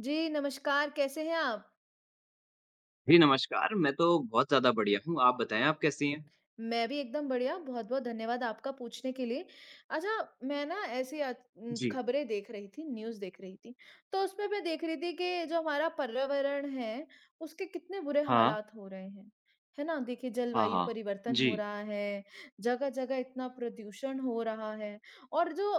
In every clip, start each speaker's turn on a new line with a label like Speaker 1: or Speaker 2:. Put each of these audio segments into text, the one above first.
Speaker 1: जी, नमस्कार, कैसे हैं आप?
Speaker 2: जी, नमस्कार। मैं तो बहुत ज़्यादा बढ़िया हूँ। आप बताएँ आप कैसी हैं?
Speaker 1: मैं भी एकदम बढ़िया, बहुत-बहुत धन्यवाद आपका पूछने के लिए। अच्छा, मैं ना ऐसी
Speaker 2: जी।
Speaker 1: खबरें देख रही थी, न्यूज़ देख रही थी, तो उसमें मैं देख रही थी कि जो हमारा पर्यावरण है, उसके कितने बुरे
Speaker 2: हाँ।
Speaker 1: हालात हो रहे हैं। है ना? देखिए,
Speaker 2: हाँ,
Speaker 1: जलवायु
Speaker 2: हाँ।
Speaker 1: परिवर्तन
Speaker 2: जी।
Speaker 1: हो रहा है, जगह-जगह इतना प्रदूषण हो रहा है और जो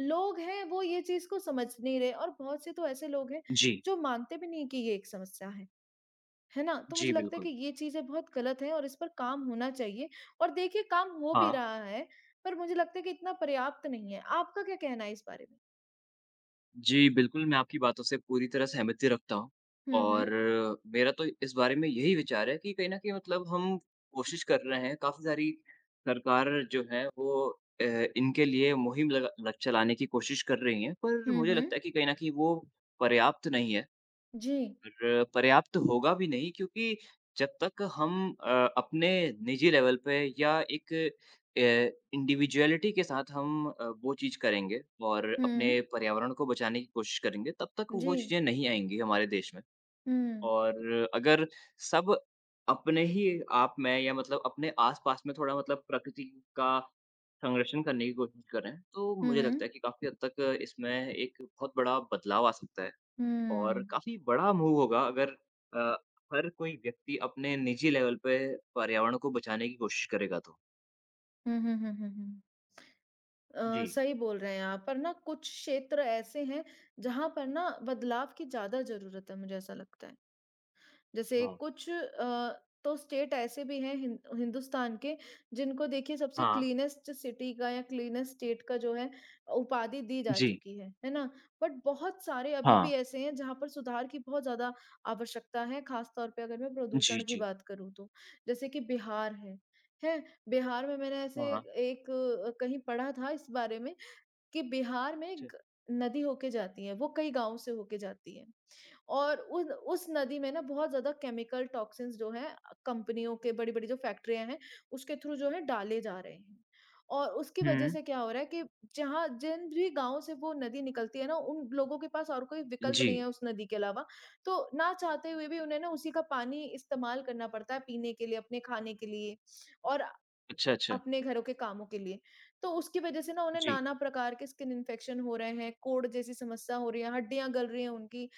Speaker 1: लोग हैं, वो ये चीज़ को समझ नहीं रहे और बहुत से तो ऐसे लोग हैं,
Speaker 2: जी।
Speaker 1: जो मानते भी नहीं कि ये एक समस्या है। है ना? तो
Speaker 2: जी,
Speaker 1: मुझे लगता है कि
Speaker 2: बिल्कुल।
Speaker 1: ये चीज़ें बहुत गलत हैं और इस पर काम होना चाहिए और देखिए काम हो भी
Speaker 2: हाँ।
Speaker 1: रहा है, पर मुझे लगता है कि इतना पर्याप्त नहीं है। आपका क्या कहना है इस बारे में?
Speaker 2: जी, बिल्कुल, मैं आपकी बातों से पूरी तरह सहमति रखता हूँ
Speaker 1: हुँ,
Speaker 2: और
Speaker 1: हुँ।
Speaker 2: मेरा तो इस बारे में यही विचार है कि कहीं न कहीं मतलब हम कोशिश कर रहे हैं, काफ़ी सारी सरकार जो है वो इनके लिए मुहिम लगा लग चलाने की कोशिश कर रही है, पर
Speaker 1: हुँ,
Speaker 2: मुझे
Speaker 1: हुँ।
Speaker 2: लगता है कि कहीं न कहीं वो पर्याप्त नहीं है।
Speaker 1: जी।
Speaker 2: और पर्याप्त होगा भी नहीं क्योंकि जब तक हम अ, अपने निजी लेवल पे या एक इंडिविजुअलिटी के साथ हम वो चीज़ करेंगे और
Speaker 1: हुँ।
Speaker 2: अपने पर्यावरण को बचाने की कोशिश करेंगे, तब तक वो
Speaker 1: जी।
Speaker 2: चीज़ें नहीं आएँगी हमारे देश में।
Speaker 1: हुँ।
Speaker 2: और अगर सब अपने ही आप में या मतलब अपने आस-पास में थोड़ा मतलब प्रकृति का संरक्षण करने की कोशिश करें, तो
Speaker 1: हुँ,
Speaker 2: मुझे
Speaker 1: हुँ।
Speaker 2: लगता है कि काफ़ी हद तक इसमें एक बहुत बड़ा बदलाव आ सकता है। और
Speaker 1: हुँ।
Speaker 2: काफ़ी बड़ा मूव होगा अगर अ, हर कोई व्यक्ति अपने निजी लेवल पे पर्यावरण को बचाने की कोशिश करेगा तो।
Speaker 1: हुँ, हुँ, हुँ, हुँ, हुँ।
Speaker 2: जी।
Speaker 1: सही बोल रहे हैं आप, पर ना कुछ क्षेत्र ऐसे हैं जहाँ पर ना बदलाव की ज़्यादा ज़रूरत है, मुझे ऐसा लगता है। जैसे
Speaker 2: हाँ।
Speaker 1: कुछ तो स्टेट ऐसे भी हैं हिंदुस्तान के जिनको देखिए सबसे
Speaker 2: हाँ,
Speaker 1: क्लीनेस्ट सिटी का या क्लीनेस्ट स्टेट का जो है उपाधि दी जा
Speaker 2: जी।
Speaker 1: चुकी है ना। बट बहुत सारे अभी
Speaker 2: हाँ।
Speaker 1: भी ऐसे हैं जहां पर सुधार की बहुत ज्यादा आवश्यकता है खास तौर पे अगर मैं
Speaker 2: जी,
Speaker 1: प्रदूषण की
Speaker 2: जी।
Speaker 1: बात करूँ तो जैसे कि बिहार है। है बिहार में मैंने
Speaker 2: हाँ,
Speaker 1: ऐसे
Speaker 2: हाँ।
Speaker 1: एक कहीं पढ़ा था इस बारे में कि बिहार में
Speaker 2: अच्छा।
Speaker 1: एक नदी होके जाती है वो कई गांव से होके जाती है और उन उस नदी में ना बहुत ज़्यादा केमिकल टॉक्सिन्स जो हैं कंपनियों के बड़ी-बड़ी जो फैक्ट्रियाँ हैं, उसके थ्रू जो है डाले जा रहे हैं। और उसकी
Speaker 2: हुँ।
Speaker 1: वजह से क्या हो रहा है कि जहाँ जिन भी गाँव से वो नदी निकलती है ना, उन लोगों के पास और कोई विकल्प
Speaker 2: जी।
Speaker 1: नहीं है उस नदी के अलावा। तो ना चाहते हुए भी उन्हें ना उसी का पानी इस्तेमाल करना पड़ता है पीने के लिए, अपने खाने के लिए और
Speaker 2: अच्छा, अच्छा।
Speaker 1: अपने घरों के कामों के लिए। तो उसकी वजह से ना उन्हें
Speaker 2: जी।
Speaker 1: नाना प्रकार के स्किन इन्फेक्शन हो रहे हैं, कोढ़ जैसी समस्या हो रही है, हड्डियाँ गल रही हैं उनकी,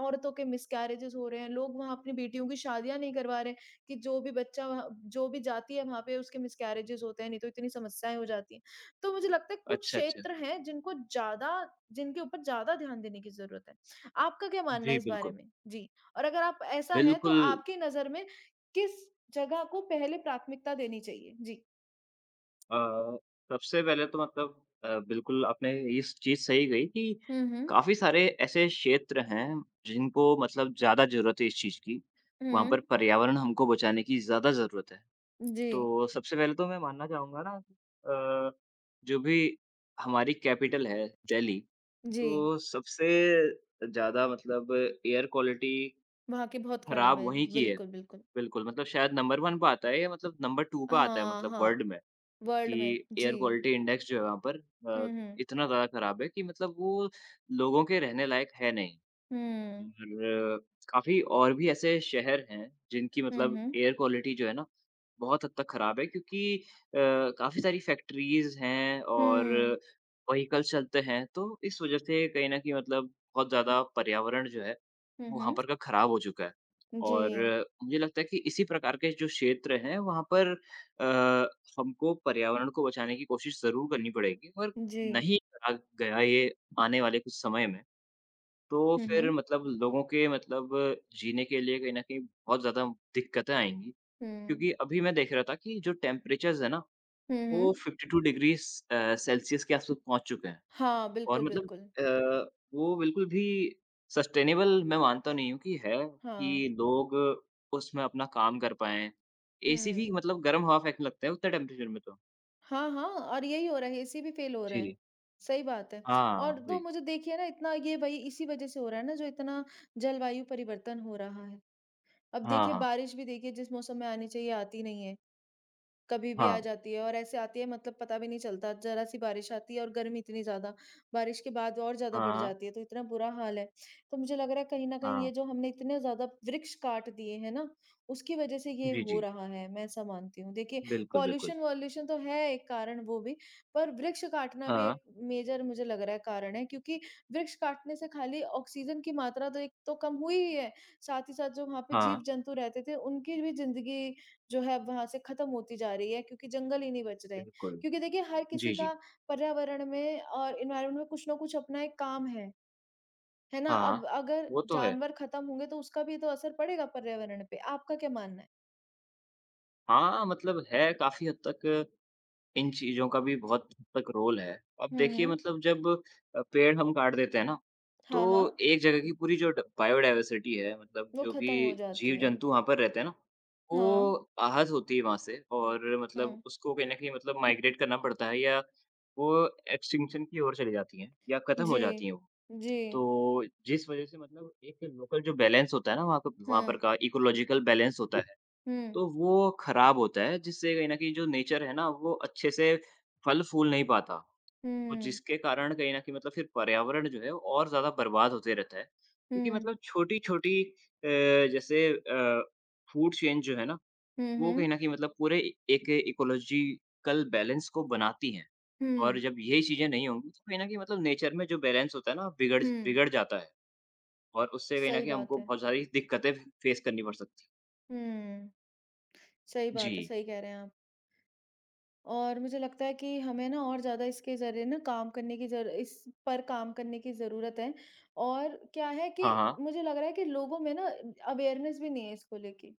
Speaker 1: औरतों के मिसकैरेजेस हो रहे हैं, लोग वहाँ अपनी बेटियों की शादियाँ नहीं करवा रहे हैं कि जो भी बच्चा वहाँ जो भी जाती है वहाँ पे उसके मिसकैरेजेस होते हैं, नहीं तो इतनी समस्याएँ हो जाती हैं। तो मुझे लगता है कुछ
Speaker 2: अच्छा, अच्छा।
Speaker 1: क्षेत्र हैं जिनको ज़्यादा जिनके ऊपर ज़्यादा ध्यान देने की ज़रूरत है। आपका क्या मानना
Speaker 2: जी,
Speaker 1: है इस बारे
Speaker 2: बिल्कुल।
Speaker 1: में? जी, और अगर आप ऐसा है तो
Speaker 2: बिल्कुल
Speaker 1: आपकी नज़र में किस जगह को पहले प्राथमिकता देनी चाहिए? जी।
Speaker 2: अ, सबसे पहले तो मतलब बिल्कुल आपने इस चीज़ सही कही कि
Speaker 1: हुँ, हुँ।
Speaker 2: काफ़ी सारे ऐसे क्षेत्र हैं जिनको मतलब ज़्यादा ज़रूरत है इस चीज़ की। वहाँ
Speaker 1: हुँ।
Speaker 2: पर पर्यावरण हमको बचाने की ज़्यादा ज़रूरत है।
Speaker 1: जी,
Speaker 2: तो सबसे पहले तो मैं मानना चाहूँगा ना अ, जो भी हमारी कैपिटल है दिल्ली,
Speaker 1: जी।
Speaker 2: तो सबसे ज़्यादा मतलब एयर क्वालिटी
Speaker 1: वहाँ की बहुत ख़राब
Speaker 2: खराब
Speaker 1: है।
Speaker 2: वहीं की है।
Speaker 1: बिल्कुल, बिल्कुल।
Speaker 2: बिल्कुल, मतलब शायद नंबर 1 पे आता है या मतलब नंबर 2 पे आता है
Speaker 1: हाँ,
Speaker 2: मतलब वर्ल्ड
Speaker 1: हाँ।
Speaker 2: में कि
Speaker 1: वर्ल्ड में।
Speaker 2: एयर
Speaker 1: जी।
Speaker 2: क्वालिटी इंडेक्स जो है वहाँ पर अ,
Speaker 1: हुँ, हुँ।
Speaker 2: इतना ज़्यादा खराब है कि मतलब वो लोगों के रहने लायक है नहीं।
Speaker 1: हुँ।
Speaker 2: और काफ़ी और भी ऐसे शहर हैं, जिनकी
Speaker 1: हुँ,
Speaker 2: मतलब
Speaker 1: हुँ।
Speaker 2: एयर क्वालिटी जो है ना, बहुत हद तक खराब है क्योंकि काफ़ी सारी फैक्ट्रीज़ हैं और
Speaker 1: हुँ।
Speaker 2: व्हीकल्स चलते हैं, तो इस वज़ह से कहीं न कहीं मतलब बहुत ज़्यादा पर्यावरण जो है,
Speaker 1: हुँ,
Speaker 2: वो वहाँ
Speaker 1: हुँ।
Speaker 2: पर का खराब हो चुका है।
Speaker 1: जी,
Speaker 2: और मुझे लगता है कि इसी प्रकार के जो क्षेत्र हैं, वहाँ पर अ, हमको पर्यावरण को बचाने की कोशिश ज़रूर करनी पड़ेगी और
Speaker 1: जी।
Speaker 2: नहीं करा गया ये आने वाले कुछ समय में। तो
Speaker 1: हुँ,
Speaker 2: फिर
Speaker 1: हुँ।
Speaker 2: मतलब लोगों के मतलब जीने के लिए कहीं न कहीं बहुत ज़्यादा दिक्कतें आएँगी।
Speaker 1: हुँ।
Speaker 2: क्योंकि अभी मैं देख रहा था कि जो टेम्परेचर्स है ना,
Speaker 1: हुँ, हुँ।
Speaker 2: वो 52 डिग्रीज़ सेल्सियस के आस-पास पहुँच चुके हैं
Speaker 1: हाँ,
Speaker 2: और
Speaker 1: बिल्कुल,
Speaker 2: मतलब
Speaker 1: बिल्कुल।
Speaker 2: अ, वो बिल्कुल भी सस्टेनेबल मैं मानता नहीं हूँ कि है
Speaker 1: हाँ।
Speaker 2: कि लोग उसमें अपना काम कर पाएँ। एसी
Speaker 1: हुँ।
Speaker 2: भी मतलब गर्म हवा फेंकने लगता है उतने टेम्परेचर में तो।
Speaker 1: हाँ, हाँ और यही हो रहा है, एसी भी फ़ेल हो रहे हैं।
Speaker 2: जी।
Speaker 1: सही बात है।
Speaker 2: हाँ,
Speaker 1: और तो
Speaker 2: वही।
Speaker 1: मुझे देखिए ना इतना ये वही इसी वज़ह से हो रहा है ना, जो इतना जलवायु परिवर्तन हो रहा है। अब
Speaker 2: हाँ,
Speaker 1: देखिए
Speaker 2: हाँ।
Speaker 1: बारिश भी देखिए जिस मौसम में आनी चाहिए आती नहीं है। कभी भी आ
Speaker 2: हाँ।
Speaker 1: जाती है और ऐसे आती है मतलब पता भी नहीं चलता, ज़रा-सी बारिश आती है और गर्मी इतनी ज़्यादा, बारिश के बाद और ज़्यादा बढ़
Speaker 2: हाँ,
Speaker 1: जाती है, तो इतना बुरा हाल है। तो मुझे लग रहा है कहीं न कहीं
Speaker 2: हाँ।
Speaker 1: ये जो हमने इतने ज़्यादा वृक्ष काट दिए हैं ना, उसकी वज़ह से ये
Speaker 2: जी,
Speaker 1: हो
Speaker 2: जी।
Speaker 1: रहा है, मैं ऐसा मानती हूँ। देखिए
Speaker 2: बिल्कुल, बिल्कुल।
Speaker 1: पॉल्यूशन-वॉल्यूशन तो है एक कारण वो भी, पर वृक्ष काटना भी
Speaker 2: हाँ,
Speaker 1: एक मेजर मुझे लग रहा है कारण है क्योंकि वृक्ष काटने से खाली ऑक्सीजन की मात्रा तो एक तो कम हुई ही है, साथ ही साथ जो वहाँ पे
Speaker 2: हाँ।
Speaker 1: जीव-जंतु रहते थे, उनकी भी ज़िंदगी जो है अब वहाँ से खत्म होती जा रही है क्योंकि जंगल ही नहीं बच रहे।
Speaker 2: बिल्कुल।
Speaker 1: क्योंकि देखिए हर किसी
Speaker 2: जी, जी।
Speaker 1: का पर्यावरण में और एनवायरनमेंट में कुछ ना कुछ अपना एक काम है ना?
Speaker 2: हाँ,
Speaker 1: अब अगर
Speaker 2: वो तो है।
Speaker 1: जानवर खत्म होंगे तो उसका भी तो असर पड़ेगा पर्यावरण पे। आपका क्या मानना है?
Speaker 2: हाँ, मतलब है काफ़ी हद तक इन चीज़ों का भी बहुत हद तक रोल है। अब
Speaker 1: हुँ,
Speaker 2: देखिए
Speaker 1: हुँ।
Speaker 2: मतलब जब पेड़ हम काट देते हैं ना,
Speaker 1: हाँ, हाँ।
Speaker 2: तो एक जगह की पूरी जो ड बायोडायवर्सिटी है मतलब
Speaker 1: वो
Speaker 2: जो भी
Speaker 1: खत्म हो जाती है।
Speaker 2: जीव-जंतु वहाँ पर रहते हैं ना,
Speaker 1: हाँ।
Speaker 2: वो आहत होती है वहाँ से और मतलब
Speaker 1: हुँ।
Speaker 2: उसको कहीं न कहीं मतलब माइग्रेट करना पड़ता है या वो एक्सटिंक्शन की ओर चली जाती हैं या खत्म हो
Speaker 1: जी।
Speaker 2: जाती हैं वो।
Speaker 1: जी।
Speaker 2: तो जिस वजह से मतलब एक लोकल जो बैलेंस होता है ना वहाँ का वहाँ पर
Speaker 1: हुँ,
Speaker 2: का इकोलॉजिकल बैलेंस होता है,
Speaker 1: हुँ।
Speaker 2: तो वो खराब होता है जिससे कहीं न कहीं जो नेचर है ना वो अच्छे से फल-फूल नहीं पाता।
Speaker 1: हुँ,
Speaker 2: तो
Speaker 1: हुँ।
Speaker 2: जिसके कारण कहीं न कहीं मतलब फिर पर्यावरण जो है और ज़्यादा बर्बाद होते रहता है। क्योंकि मतलब छोटी-छोटी जैसे फूड चेन जो है ना
Speaker 1: हुँ,
Speaker 2: वो कहीं
Speaker 1: हुँ।
Speaker 2: न कहीं मतलब पूरे एक इकोलॉजिकल बैलेंस को बनाती हैं। और
Speaker 1: हुँ,
Speaker 2: जब यही चीज़ें नहीं होंगी तो कहीं न कहीं मतलब नेचर में जो बैलेंस होता है ना बिगड़
Speaker 1: हुँ।
Speaker 2: बिगड़ जाता है। और उससे कहीं न
Speaker 1: सही
Speaker 2: कहीं हमको
Speaker 1: बात है।
Speaker 2: बहुत सारी दिक्कतें फ़ेस करनी पड़ सकती हैं।
Speaker 1: हुँ। सही
Speaker 2: जी।
Speaker 1: बात है, सही कह रहे हैं आप। और मुझे लगता है कि हमें ना और ज़्यादा इसके ज़रिए ना काम करने की ज़रूर इस पर काम करने की ज़रूरत है और क्या है कि
Speaker 2: हाँ, हाँ।
Speaker 1: मुझे लग रहा है कि लोगों में ना अवेयरनेस भी नहीं है इसको लेके।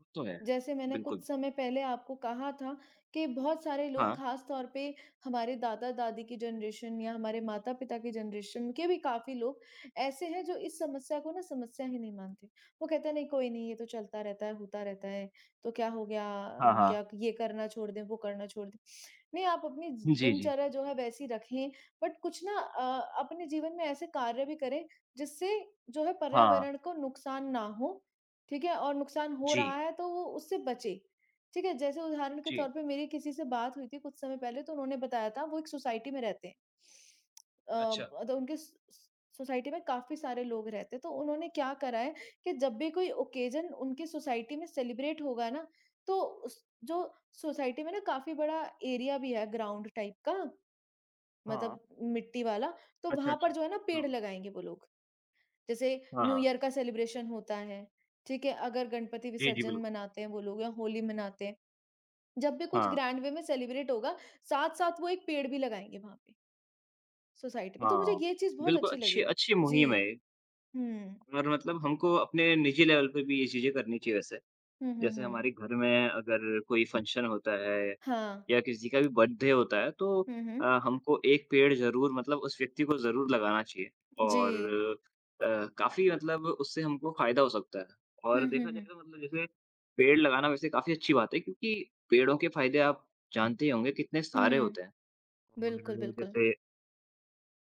Speaker 2: वो तो है।
Speaker 1: जैसे मैंने कुछ
Speaker 2: बिल्कुल।
Speaker 1: समय पहले आपको कहा था कि बहुत सारे लोग
Speaker 2: हाँ।
Speaker 1: खास तौर पे हमारे दादा-दादी की जनरेशन या हमारे माता-पिता की जनरेशन के भी काफ़ी लोग ऐसे हैं जो इस समस्या को ना समस्या ही नहीं मानते। वो कहते हैं नहीं कोई नहीं ये तो चलता रहता है, होता रहता है, तो क्या हो गया
Speaker 2: हाँ, हाँ।
Speaker 1: क्या ये करना छोड़ दें, वो करना छोड़ दें। नहीं आप अपनी ज
Speaker 2: जी, जी।
Speaker 1: दिनचर्या जो है वैसी रखें बट कुछ ना अपने जीवन में ऐसे कार्य भी करें जिससे जो है
Speaker 2: हाँ।
Speaker 1: पर्यावरण को नुकसान ना हो। ठीक है? और नुकसान हो रहा
Speaker 2: जी,
Speaker 1: है तो वो उससे बचे। ठीक है? जैसे उदाहरण के
Speaker 2: जी।
Speaker 1: तौर पे मेरी किसी से बात हुई थी कुछ समय पहले तो उन्होंने बताया था वो एक सोसाइटी में रहते हैं।
Speaker 2: अच्छा।
Speaker 1: तो उनके स स सोसाइटी में काफ़ी सारे लोग रहते हैं तो उन्होंने क्या करा है कि जब भी कोई ओकेज़न उनकी सोसाइटी में सेलिब्रेट होगा ना तो उस जो सोसाइटी में ना काफ़ी बड़ा एरिया भी है ग्राउंड टाइप का
Speaker 2: हाँ।
Speaker 1: मतलब मिट्टी वाला, तो
Speaker 2: अच्छा,
Speaker 1: वहाँ
Speaker 2: अच्छा।
Speaker 1: पर जो है ना पेड़
Speaker 2: हाँ।
Speaker 1: लगाएँगे वो लोग। जैसे
Speaker 2: हाँ,
Speaker 1: न्यू
Speaker 2: हाँ।
Speaker 1: ईयर का सेलिब्रेशन होता है, ठीक है? अगर गणपति
Speaker 2: जी, जी,
Speaker 1: विसर्जन
Speaker 2: बिल्कुल।
Speaker 1: मनाते हैं वो लोग या होली मनाते हैं, जब भी कुछ
Speaker 2: हाँ,
Speaker 1: ग्रैंड वे में सेलिब्रेट होगा, साथ-साथ वो एक पेड़ भी लगाएँगे वहाँ पे, सोसाइटी में। तो मुझे
Speaker 2: हाँ।
Speaker 1: ये चीज़ बहुत
Speaker 2: बिल्कुल,
Speaker 1: अच्छी
Speaker 2: अच्छी
Speaker 1: लगी।
Speaker 2: अच्छी
Speaker 1: जी।
Speaker 2: मुहिम है ये
Speaker 1: हुँ।
Speaker 2: और मतलब हमको अपने निजी लेवल पे भी ये चीज़ें करनी चाहिए वैसे।
Speaker 1: हुँ, हुँ,
Speaker 2: जैसे
Speaker 1: हुँ।
Speaker 2: हमारे घर में अगर कोई फंक्शन होता है
Speaker 1: हाँ।
Speaker 2: या किसी का भी बर्थडे होता है तो
Speaker 1: हुँ, हुँ।
Speaker 2: हमको एक पेड़ ज़रूर मतलब उस व्यक्ति को ज़रूर लगाना चाहिए
Speaker 1: जी।
Speaker 2: और काफ़ी मतलब उससे हमको फ़ायदा हो सकता है। और
Speaker 1: हुँ, हुँ,
Speaker 2: देखा जाए
Speaker 1: हुँ।
Speaker 2: तो मतलब जैसे पेड़ लगाना वैसे काफ़ी अच्छी बात है क्योंकि पेड़ों के फ़ायदे आप जानते ही होंगे कितने सारे
Speaker 1: हुँ।
Speaker 2: होते हैं।
Speaker 1: बिल्कुल,
Speaker 2: और
Speaker 1: बिल्कुल।
Speaker 2: जैसे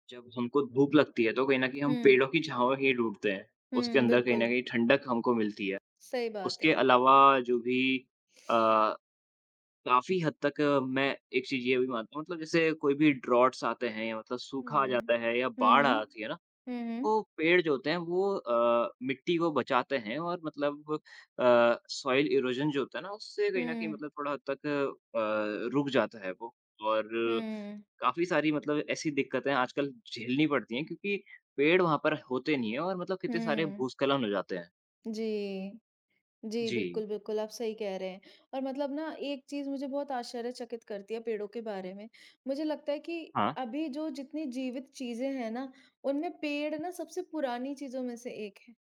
Speaker 2: जब हमको धूप लगती है तो कहीं न कहीं हम
Speaker 1: हुँ।
Speaker 2: पेड़ों की छाँव ही ढूँढते हैं। उसके
Speaker 1: हुँ,
Speaker 2: अंदर कहीं
Speaker 1: बिल्कुल।
Speaker 2: न कहीं ठंडक हमको मिलती है।
Speaker 1: सही बात
Speaker 2: उसके
Speaker 1: है।
Speaker 2: अलावा जो भी अ, काफ़ी हद तक मैं एक चीज़ ये भी मानता हूँ मतलब जैसे कोई भी ड्रॉट्स आते हैं या मतलब सूखा आ
Speaker 1: हुँ।
Speaker 2: जाता है या
Speaker 1: हुँ,
Speaker 2: बाढ़
Speaker 1: हुँ।
Speaker 2: आती है ना,
Speaker 1: हुँ, हुँ।
Speaker 2: तो पेड़ जो होते हैं वो मिट्टी को बचाते हैं और मतलब सॉइल इरोजन जो होता है ना उससे कहीं न कहीं
Speaker 1: हुँ।
Speaker 2: मतलब थोड़ा हद तक रुक जाता है वो और
Speaker 1: हुँ।
Speaker 2: काफ़ी सारी मतलब ऐसी दिक्कतें आजकल झेलनी पड़ती हैं क्योंकि पेड़ वहाँ पर होते नहीं हैं और मतलब कितने सारे
Speaker 1: हुँ।
Speaker 2: भूस्खलन हो जाते हैं।
Speaker 1: जी। जी,
Speaker 2: जी।
Speaker 1: बिल्कुल, बिल्कुल, आप सही कह रहे हैं। और मतलब ना एक चीज़ मुझे बहुत आश्चर्यचकित करती है पेड़ों के बारे में। मुझे लगता है कि
Speaker 2: हाँ,
Speaker 1: अभी जो जितनी जीवित चीज़ें हैं ना, उनमें पेड़ ना सबसे पुरानी चीज़ों में से एक है।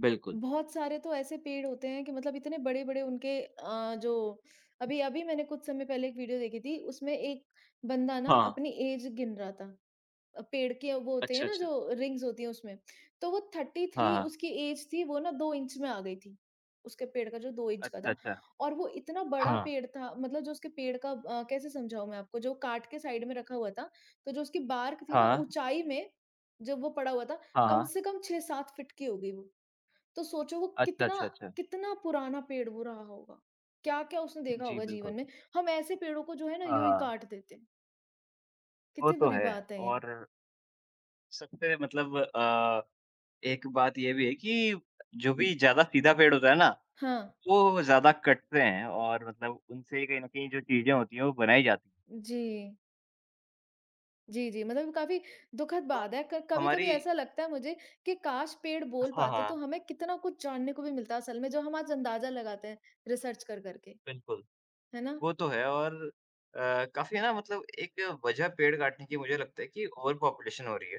Speaker 2: बिल्कुल।
Speaker 1: बहुत सारे तो ऐसे पेड़ होते हैं कि मतलब इतने बड़े-बड़े उनके अ, जो अभी-अभी मैंने कुछ समय पहले एक वीडियो देखी थी, उसमें एक बंदा ना
Speaker 2: हाँ।
Speaker 1: अपनी ऐज गिन रहा था। पेड़ के वो होते हैं
Speaker 2: अच्छा,
Speaker 1: ना
Speaker 2: अच्छा।
Speaker 1: जो रिंग्स होती हैं उसमें, तो वो
Speaker 2: हाँ,
Speaker 1: 33
Speaker 2: हाँ।
Speaker 1: उसकी एज थी, वो ना 2 इंच में आ गई थी, उसके पेड़ का जो 2 इंच का
Speaker 2: अच्छा,
Speaker 1: था
Speaker 2: अच्छा।
Speaker 1: और वो इतना बड़ा
Speaker 2: हाँ।
Speaker 1: पेड़ था मतलब जो उसके पेड़ का कैसे समझाऊँ मैं आपको जो काट के साइड में रखा हुआ था, तो जो उसकी बार्क थी ना
Speaker 2: हाँ,
Speaker 1: ऊँचाई में जब वो पड़ा हुआ था,
Speaker 2: हाँ,
Speaker 1: कम
Speaker 2: हाँ।
Speaker 1: से कम 6-7 फीट की होगी वो। तो सोचो वो
Speaker 2: अच्छा,
Speaker 1: कितना
Speaker 2: अच्छा, अच्छा।
Speaker 1: कितना पुराना पेड़ वो रहा होगा, क्या-क्या उसने देखा
Speaker 2: जी,
Speaker 1: होगा जीवन
Speaker 2: बिल्कुल।
Speaker 1: में। हम ऐसे पेड़ों को जो है ना यूँ ही
Speaker 2: हाँ,
Speaker 1: काट देते हैं,
Speaker 2: वो
Speaker 1: कितनी
Speaker 2: तो
Speaker 1: बुरी
Speaker 2: है
Speaker 1: बात है ये।
Speaker 2: और सबसे मतलब एक बात ये भी है कि जो भी ज़्यादा सीधा पेड़ होता है ना,
Speaker 1: हाँ,
Speaker 2: वो ज़्यादा कटते हैं और मतलब उनसे कहीं न कहीं जो चीज़ें होती हैं, वो बनाई जाती हैं।
Speaker 1: जी। जी, जी। मतलब काफ़ी दुखद
Speaker 2: तो
Speaker 1: बात है। क कभी-कभी
Speaker 2: हमारी
Speaker 1: ऐसा लगता है मुझे कि काश पेड़ बोल
Speaker 2: हाँ,
Speaker 1: पाते तो
Speaker 2: हाँ,
Speaker 1: हमें कितना कुछ जानने को भी मिलता असल में, जो हम आज अंदाज़ा लगाते हैं रिसर्च कर कर के,
Speaker 2: बिल्कुल।
Speaker 1: है ना?
Speaker 2: वो तो है और काफ़ी ना मतलब एक वजह पेड़ काटने की मुझे लगता है कि ओवर पॉपुलेशन हो रही है।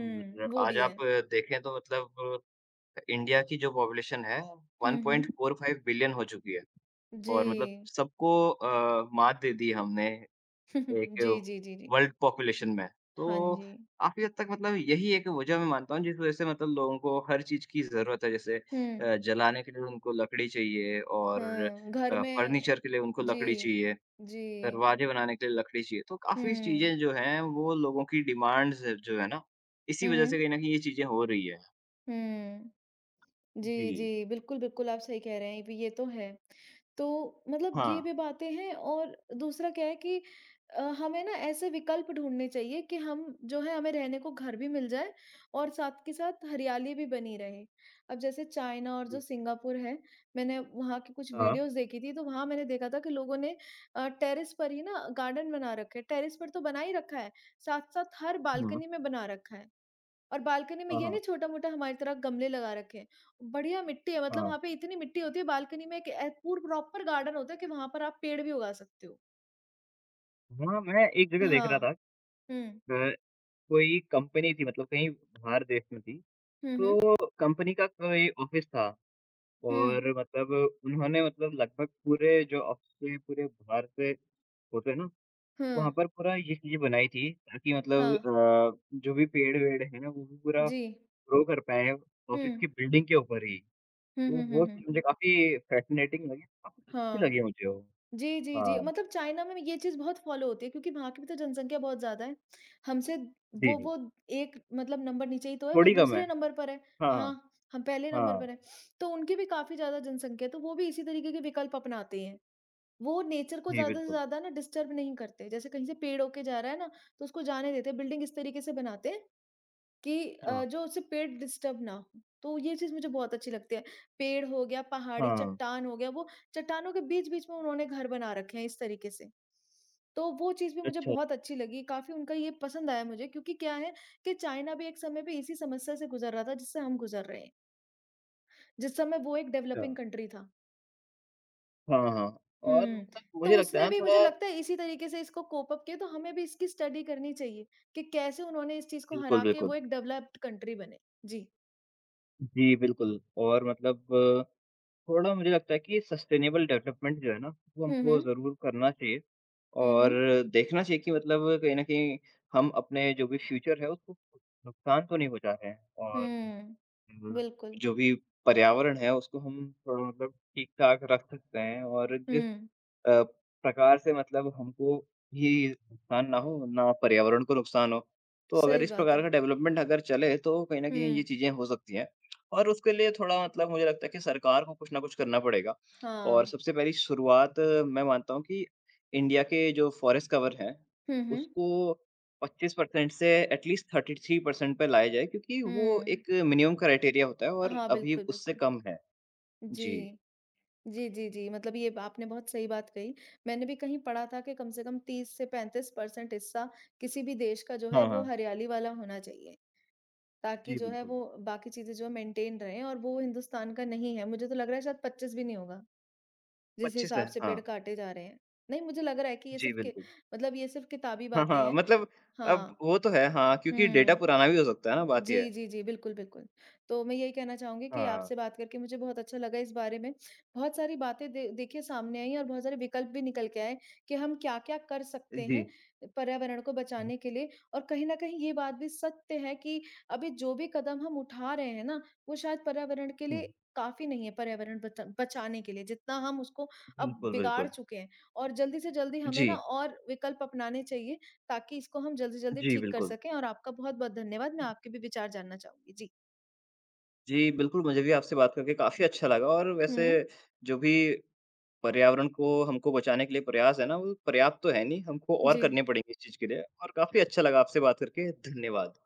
Speaker 2: हुँ,
Speaker 1: वो
Speaker 2: आज
Speaker 1: भी है।
Speaker 2: आप देखें तो मतलब इंडिया की जो पॉपुलेशन है
Speaker 1: हुँ, हुँ।
Speaker 2: 1.45 बिलियन हो चुकी है
Speaker 1: जी।
Speaker 2: और मतलब सबको मात दे दी हमने एक
Speaker 1: जी, जी, जी, जी।
Speaker 2: वर्ल्ड पॉपुलेशन में। तो
Speaker 1: हाँ जी।
Speaker 2: काफ़ी हद तक मतलब यही एक वजह मैं मानता हूँ जिस वजह से मतलब लोगों को हर चीज़ की ज़रूरत है। जैसे
Speaker 1: हुँ,
Speaker 2: जलाने के लिए उनको लकड़ी चाहिए और
Speaker 1: हुँ। घर में
Speaker 2: फर्नीचर के लिए उनको
Speaker 1: जी,
Speaker 2: लकड़ी चाहिए।
Speaker 1: जी।
Speaker 2: दरवाजे बनाने के लिए लकड़ी चाहिए। तो काफ़ी
Speaker 1: हुँ।
Speaker 2: चीज़ें जो हैं वो लोगों की डिमांड्स जो है ना, इसी
Speaker 1: हुँ,
Speaker 2: वज़ह
Speaker 1: हुँ।
Speaker 2: से कहीं न कहीं ये चीज़ें हो रही है।
Speaker 1: हुँ। जी,
Speaker 2: जी।
Speaker 1: जी। बिल्कुल, बिल्कुल, आप सही कह रहे हैं, ये तो है। तो मतलब
Speaker 2: हाँ।
Speaker 1: ये भी बातें हैं और दूसरा क्या है कि हमें ना ऐसे विकल्प ढूँढने चाहिए कि हम जो है हमें रहने को घर भी मिल जाए और साथ के साथ हरियाली भी बनी रहे। अब जैसे चाइना और जो
Speaker 2: जी।
Speaker 1: सिंगापुर है, मैंने वहाँ की कुछ
Speaker 2: हाँ।
Speaker 1: वीडियोज़ देखी थी, तो वहाँ मैंने देखा था कि लोगों ने टेरेस पर ही ना गार्डन बना रखे हैं। टेरेस पर तो बना ही रखा है, साथ-साथ हर
Speaker 2: हुँ।
Speaker 1: बालकनी में बना रखा है। और बालकनी में
Speaker 2: हाँ,
Speaker 1: ये
Speaker 2: हाँ,
Speaker 1: नहीं छोटा-मोटा हमारी तरह गमले लगा रखे हैं। बढ़िया मिट्टी है मतलब
Speaker 2: हाँ।
Speaker 1: वहाँ पे इतनी मिट्टी होती है बालकनी में एक ए पूर प्रॉपर गार्डन होता है कि वहाँ पर आप पेड़ भी उगा सकते हो।
Speaker 2: हाँ, मैं एक जगह देख रहा
Speaker 1: हाँ।
Speaker 2: था
Speaker 1: हुँ।
Speaker 2: अ, कोई कंपनी थी मतलब कहीं बाहर देश में थी।
Speaker 1: हुँ, हुँ।
Speaker 2: तो कंपनी का कोई ऑफ़िस था
Speaker 1: हुँ।
Speaker 2: और मतलब उन्होंने मतलब लगभग पूरे जो ऑफ़िस के पूरे बाहर से होते हैं ना वहाँ
Speaker 1: हुँ।
Speaker 2: पर पूरा ये चीज़ बनाई थी ताकि मतलब
Speaker 1: हाँ।
Speaker 2: जो भी पेड़-वेड़ है ना, वो भी पूरा
Speaker 1: जी।
Speaker 2: ग्रो कर पाएँ
Speaker 1: हुँ।
Speaker 2: ऑफ़िस की बिल्डिंग के ऊपर ही।
Speaker 1: हुँ,
Speaker 2: तो
Speaker 1: हुँ, हुँ,
Speaker 2: वो
Speaker 1: हुँ।
Speaker 2: चीज़ मुझे काफ़ी फ़ैसिनेटिंग लगी, काफ़ी अच्छी
Speaker 1: हाँ।
Speaker 2: लगी मुझे वो।
Speaker 1: जी, जी, जी।
Speaker 2: हाँ,
Speaker 1: मतलब चाइना में ये चीज़ बहुत फ़ॉलो होती है क्योंकि वहाँ की भी तो जनसँख्या बहुत ज़्यादा है। हमसे
Speaker 2: जी,
Speaker 1: वो
Speaker 2: जी।
Speaker 1: वो एक मतलब नंबर नीचे ही तो है, वो
Speaker 2: थोड़ी कम है।
Speaker 1: दूसरे नंबर पर है।
Speaker 2: हाँ,
Speaker 1: हाँ, हम पहले नंबर
Speaker 2: हाँ।
Speaker 1: पर हैं। तो उनकी भी काफ़ी ज़्यादा जनसँख्या है, तो वो भी इसी तरीके के विकल्प अपनाते हैं। वो नेचर को
Speaker 2: जी,
Speaker 1: ज़्यादा से
Speaker 2: बिल्कुल।
Speaker 1: ज़्यादा ना डिस्टर्ब नहीं करते। जैसे कहीं से पेड़ होके जा रहा है ना, तो उसको जाने देते हैं, बिल्डिंग इस तरीके से बनाते हैं कि
Speaker 2: हाँ,
Speaker 1: जो उससे पेट डिस्टर्ब ना हो। तो ये चीज़ मुझे बहुत अच्छी लगती है। पेड़ हो गया, पहाड़ी
Speaker 2: हाँ।
Speaker 1: चट्टान हो गया, वो चट्टानों के बीच-बीच में उन्होंने घर बना रखे हैं इस तरीके से। तो वो चीज़ भी मुझे
Speaker 2: अच्छा,
Speaker 1: बहुत अच्छी लगी, काफ़ी उनका ये पसंद आया मुझे क्योंकि क्या है कि चाइना भी एक समय पे इसी समस्या से गुज़र रहा था जिससे हम गुज़र रहे हैं। जिस समय वो एक
Speaker 2: अच्छा।
Speaker 1: डेवलपिंग कंट्री था।
Speaker 2: हाँ, हाँ। और
Speaker 1: हुँ,
Speaker 2: मतलब
Speaker 1: तो
Speaker 2: मुझे लगता है
Speaker 1: उसने
Speaker 2: ना
Speaker 1: भी
Speaker 2: थोड़ा
Speaker 1: मुझे लगता है इसी तरीके से इसको कोप अप किया तो हमें भी इसकी स्टडी करनी चाहिए कि कैसे उन्होंने इस चीज़ को
Speaker 2: बिल्कुल,
Speaker 1: हरा के
Speaker 2: बिल्कुल।
Speaker 1: वो एक डेवलप्ड कंट्री बने। जी।
Speaker 2: जी, बिल्कुल और मतलब थोड़ा मुझे लगता है कि सस्टेनेबल डेवलपमेंट जो है ना, वो
Speaker 1: हुँ,
Speaker 2: हमको
Speaker 1: हुँ।
Speaker 2: ज़रूर करना चाहिए।
Speaker 1: हुँ,
Speaker 2: और
Speaker 1: हुँ।
Speaker 2: देखना चाहिए कि मतलब कहीं न कहीं हम अपने जो भी फ्यूचर है उसको नुकसान तो नहीं पहुँचा रहे हैं और
Speaker 1: हुँ,
Speaker 2: उम,
Speaker 1: बिल्कुल।
Speaker 2: जो भी पर्यावरण है उसको हम थोड़ा मतलब ठीक-ठाक रख सकते हैं और जिस
Speaker 1: हुँ,
Speaker 2: अ, प्रकार से मतलब हमको भी नुकसान ना हो, ना पर्यावरण को नुकसान हो। तो अगर
Speaker 1: सही
Speaker 2: इस
Speaker 1: बात
Speaker 2: प्रकार
Speaker 1: है।
Speaker 2: का डेवलपमेंट अगर चले, तो कहीं न कहीं ये
Speaker 1: हुँ।
Speaker 2: चीज़ें हो सकती हैं और उसके लिए थोड़ा मतलब मुझे लगता है कि सरकार को कुछ ना कुछ करना पड़ेगा और
Speaker 1: हाँ।
Speaker 2: सबसे पहली शुरुआत मैं मानता हूँ कि इंडिया के जो फ़ॉरेस्ट कवर हैं,
Speaker 1: हुँ, हुँ।
Speaker 2: उसको 25% से एटलीस्ट 33% पे लाया जाए क्योंकि वो
Speaker 1: हुँ।
Speaker 2: एक मिनिमम क्राइटेरिया होता है और
Speaker 1: हाँ,
Speaker 2: अभी
Speaker 1: बिल्कुल,
Speaker 2: उससे
Speaker 1: बिल्कुल।
Speaker 2: कम है। जी।
Speaker 1: जी। जी, जी, जी। मतलब ये आपने बहुत सही बात कही। मैंने भी कहीं पढ़ा था कि कम से कम 30 से 35% हिस्सा किसी भी देश का जो है
Speaker 2: हाँ,
Speaker 1: वो
Speaker 2: हाँ।
Speaker 1: हरियाली वाला होना चाहिए, ताकि
Speaker 2: जी,
Speaker 1: जो है
Speaker 2: बिल्कुल।
Speaker 1: वो बाकी चीज़ें जो है मेंटेन रहें और वो हिंदुस्तान का नहीं है। मुझे तो लग रहा है शायद 25 भी नहीं होगा, जिस
Speaker 2: 25 है,
Speaker 1: हिसाब से
Speaker 2: हाँ।
Speaker 1: पेड़ काटे जा रहे हैं। नहीं, मुझे लग रहा है कि ये
Speaker 2: जी,
Speaker 1: सिर्फ़ कि
Speaker 2: बिल्कुल।
Speaker 1: मतलब ये सिर्फ़ किताबी
Speaker 2: हाँ,
Speaker 1: बातें
Speaker 2: हाँ,
Speaker 1: हैं।
Speaker 2: मतलब अब
Speaker 1: हाँ।
Speaker 2: वो तो है हाँ, क्योंकि डेटा
Speaker 1: हुँ।
Speaker 2: पुराना भी हो सकता है ना, बात ये
Speaker 1: जी,
Speaker 2: है।
Speaker 1: जी, जी। बिल्कुल, बिल्कुल। तो मैं यही कहना चाहूँगी कि
Speaker 2: हाँ।
Speaker 1: आपसे बात करके मुझे बहुत अच्छा लगा इस बारे में। बहुत सारी बातें दे देखिए सामने आईं और बहुत सारे विकल्प भी निकल के आए कि हम क्या-क्या कर सकते
Speaker 2: जी।
Speaker 1: हैं पर्यावरण को
Speaker 2: हुँ,
Speaker 1: बचाने के लिए। और कहीं न कहीं ये बात भी सत्य है कि अभी जो भी कदम हम उठा रहे हैं ना, वो शायद पर्यावरण के
Speaker 2: हुँ।
Speaker 1: लिए काफ़ी नहीं है, पर्यावरण बचाने के लिए, जितना हम उसको अब
Speaker 2: बिल्कुल,
Speaker 1: बिगाड़
Speaker 2: बिल्कुल।
Speaker 1: चुके हैं। और जल्दी से जल्दी हमें
Speaker 2: जी,
Speaker 1: ना और विकल्प अपनाने चाहिए ताकि इसको हम जल्दी-जल्दी
Speaker 2: जी,
Speaker 1: ठीक कर
Speaker 2: बिल्कुल।
Speaker 1: सकें और आपका बहुत-बहुत धन्यवाद। मैं आपके भी विचार जानना चाहूँगी। जी।
Speaker 2: जी, बिल्कुल, मुझे भी आपसे बात करके काफ़ी अच्छा लगा और
Speaker 1: हुँ।
Speaker 2: वैसे जो भी पर्यावरण को हमको बचाने के लिए प्रयास है ना, वो पर्याप्त तो है नहीं, हमको और
Speaker 1: जी।
Speaker 2: करने पड़ेंगे इस चीज़ के लिए और काफ़ी अच्छा लगा आपसे बात करके, धन्यवाद।